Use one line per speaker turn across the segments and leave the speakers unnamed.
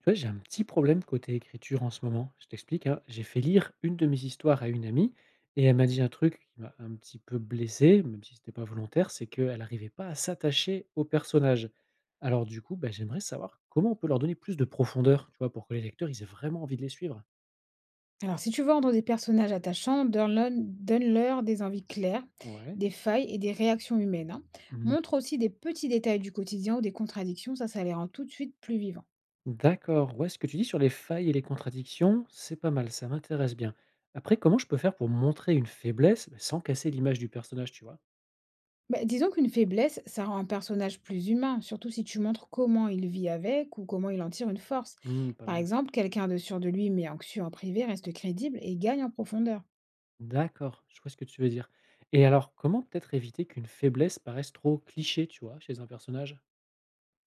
Tu vois, j'ai un petit problème côté écriture en ce moment. Je t'explique, hein. J'ai fait lire une de mes histoires à une amie et elle m'a dit un truc qui m'a un petit peu blessé, même si c'était pas volontaire, c'est qu'elle n'arrivait pas à s'attacher aux personnages. Alors du coup, bah, j'aimerais savoir comment on peut leur donner plus de profondeur, tu vois, pour que les lecteurs ils aient vraiment envie de les suivre.
Alors, si tu veux rendre des personnages attachants, donne-leur des envies claires,
Ouais.
des failles et des réactions humaines, hein.
Mhm.
Montre aussi des petits détails du quotidien ou des contradictions, ça les rend tout de suite plus vivants.
D'accord. Ouais, ce que tu dis sur les failles et les contradictions, c'est pas mal, ça m'intéresse bien. Après, comment je peux faire pour montrer une faiblesse bah, sans casser l'image du personnage, tu vois?
Bah, disons qu'une faiblesse, ça rend un personnage plus humain, surtout si tu montres comment il vit avec ou comment il en tire une force.
Hmm, pas
Par
mal.
exemple, quelqu'un de sûr de lui mais anxieux en privé reste crédible et gagne en profondeur.
D'accord, je vois ce que tu veux dire. Et alors, comment peut-être éviter qu'une faiblesse paraisse trop cliché, tu vois, chez un personnage?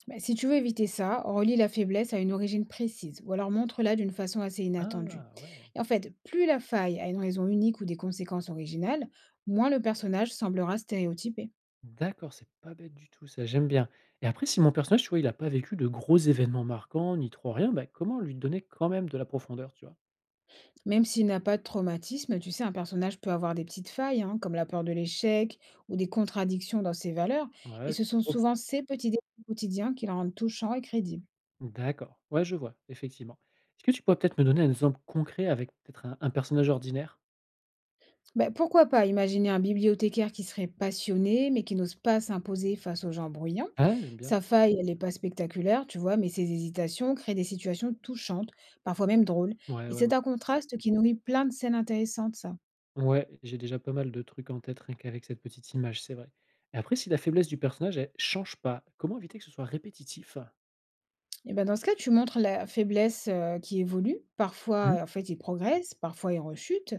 Bah, si tu veux éviter ça, relie la faiblesse à une origine précise ou alors montre-la d'une façon assez inattendue.
Ah, ouais.
Et en fait, plus la faille a une raison unique ou des conséquences originales, moins le personnage semblera stéréotypé.
D'accord, c'est pas bête du tout, ça, j'aime bien. Et après, si mon personnage, tu vois, il a pas vécu de gros événements marquants, ni trop rien, bah, comment lui donner quand même de la profondeur, tu vois?
Même s'il n'a pas de traumatisme, tu sais, un personnage peut avoir des petites failles, hein, comme la peur de l'échec ou des contradictions dans ses valeurs, et
Ouais,
ce
c'est pas
sont
faux.
souvent ces petits détails quotidiens qui le rendent touchant et crédible.
D'accord, ouais, je vois, effectivement. Est-ce que tu pourrais peut-être me donner un exemple concret avec peut-être un personnage ordinaire?
Ben pourquoi pas imaginer un bibliothécaire qui serait passionné, mais qui n'ose pas s'imposer face aux gens bruyants.
Ah, j'aime bien.
Sa faille, elle n'est pas spectaculaire, tu vois, mais ses hésitations créent des situations touchantes, parfois même drôles.
Ouais,
Et
ouais,
c'est
ouais.
un contraste qui nourrit plein de scènes intéressantes, ça.
Ouais, j'ai déjà pas mal de trucs en tête rien qu'avec cette petite image, c'est vrai. Et après, si la faiblesse du personnage, elle change pas, comment éviter que ce soit répétitif?
Et ben dans ce cas, tu montres la faiblesse qui évolue.
Mmh.
Parfois, en fait, il progresse, parfois il rechute.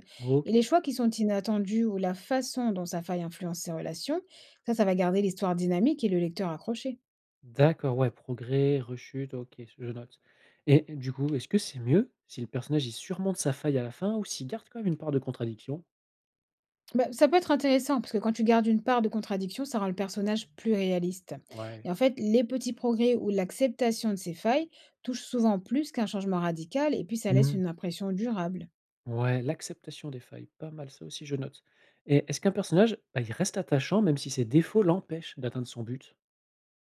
Et
OK.
les choix qui sont inattendus ou la façon dont sa faille influence ses relations, ça va garder l'histoire dynamique et le lecteur accroché.
D'accord, ouais, progrès, rechute, OK, je note. Et du coup, est-ce que c'est mieux si le personnage il surmonte sa faille à la fin ou s'il garde quand même une part de contradiction?
Bah, ça peut être intéressant, parce que quand tu gardes une part de contradiction, ça rend le personnage plus réaliste. Et
Ouais.
en fait, les petits progrès ou l'acceptation de ses failles touchent souvent plus qu'un changement radical, et puis ça laisse
Mmh.
une impression durable.
Ouais, l'acceptation des failles, pas mal, ça aussi je note. Et est-ce qu'un personnage, bah, il reste attachant même si ses défauts l'empêchent d'atteindre son but?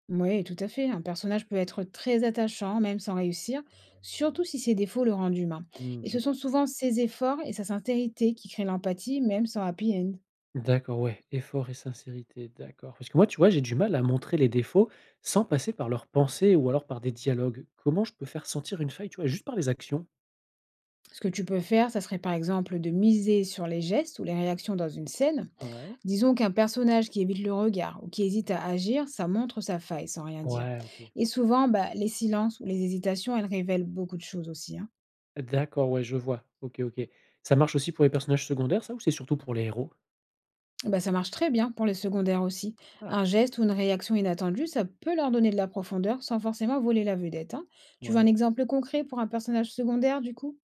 Oui, tout à fait. Un personnage peut être très attachant, même sans réussir, surtout si ses défauts le rendent humain.
Hmm,
Et
je
ce sont
vois.
souvent ses efforts et sa sincérité qui créent l'empathie, même sans happy end.
D'accord, ouais, effort et sincérité, d'accord. Parce que moi, tu vois, j'ai du mal à montrer les défauts sans passer par leurs pensées ou alors par des dialogues. Comment je peux faire sentir une faille, tu vois, juste par les actions?
Ce que tu peux faire, ça serait par exemple de miser sur les gestes ou les réactions dans une scène.
Ouais.
Disons qu'un personnage qui évite le regard ou qui hésite à agir, ça montre sa faille sans rien dire.
Ouais, OK.
Et souvent, bah, les silences ou les hésitations, elles révèlent beaucoup de choses aussi, hein.
D'accord, ouais, je vois. OK, OK. Ça marche aussi pour les personnages secondaires, ça, ou c'est surtout pour les héros?
Bah, ça marche très bien pour les secondaires aussi.
Ah.
Un geste ou une réaction inattendue, ça peut leur donner de la profondeur sans forcément voler la vedette, hein. Tu veux un
Ouais.
exemple concret pour un personnage secondaire du coup?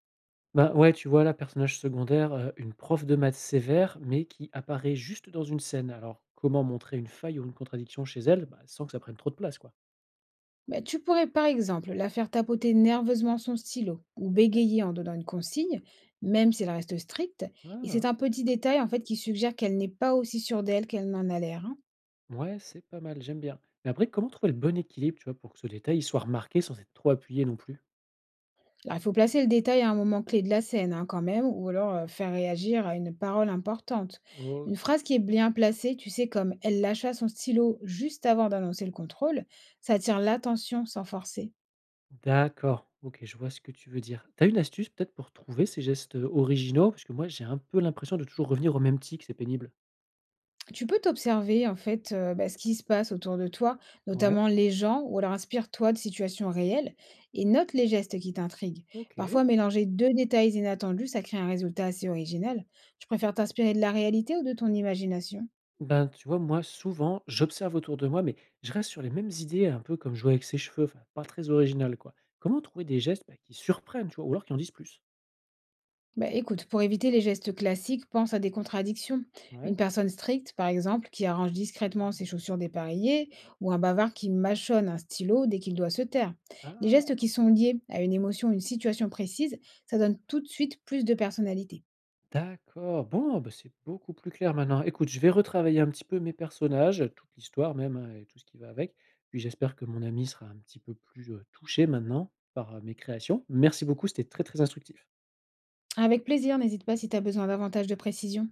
Bah, ouais, tu vois, là, personnage secondaire, une prof de maths sévère, mais qui apparaît juste dans une scène. Alors, comment montrer une faille ou une contradiction chez elle? Bah, sans que ça prenne trop de place, quoi?
Bah, tu pourrais par exemple la faire tapoter nerveusement son stylo ou bégayer en donnant une consigne, même si elle reste stricte, et
Ah.
c'est un petit détail en fait qui suggère qu'elle n'est pas aussi sûre d'elle qu'elle n'en a l'air, hein.
Ouais, c'est pas mal, j'aime bien. Mais après, comment trouver le bon équilibre, tu vois, pour que ce détail, il soit remarqué sans être trop appuyé non plus?
Alors il faut placer le détail à un moment clé de la scène, hein, quand même, ou alors faire réagir à une parole importante. Une
OK.
phrase qui est bien placée, tu sais, comme elle lâcha son stylo juste avant d'annoncer le contrôle, ça attire l'attention sans forcer.
D'accord, OK, je vois ce que tu veux dire. T'as une astuce peut-être pour trouver ces gestes, originaux? Parce que moi, j'ai un peu l'impression de toujours revenir au même tic, c'est pénible.
Tu peux t'observer en fait, bah, ce qui se passe autour de toi,
Ouais,
notamment les gens, ou alors inspire-toi de situations réelles et note les gestes qui t'intriguent.
OK.
Parfois, mélanger deux détails inattendus, ça crée un résultat assez original. Tu préfères t'inspirer de la réalité ou de ton imagination?
Ben, tu vois, moi, souvent, j'observe autour de moi, mais je reste sur les mêmes idées, un peu comme jouer avec ses cheveux, enfin, pas très original, quoi. Comment trouver des gestes, bah, qui surprennent, tu vois, ou alors qui en disent plus?
Bah, écoute, pour éviter les gestes classiques, pense à des contradictions.
Ouais.
Une personne stricte, par exemple, qui arrange discrètement ses chaussures dépareillées, ou un bavard qui mâchonne un stylo dès qu'il doit se taire. Les
Ah!
gestes qui sont liés à une émotion, une situation précise, ça donne tout de suite plus de personnalité.
D'accord. Bon, bah, c'est beaucoup plus clair maintenant. Écoute, je vais retravailler un petit peu mes personnages, toute l'histoire même, hein, et tout ce qui va avec. Puis j'espère que mon ami sera un petit peu plus, touché maintenant par, mes créations. Merci beaucoup, c'était très, très instructif.
Avec plaisir, n'hésite pas si tu as besoin davantage de précision.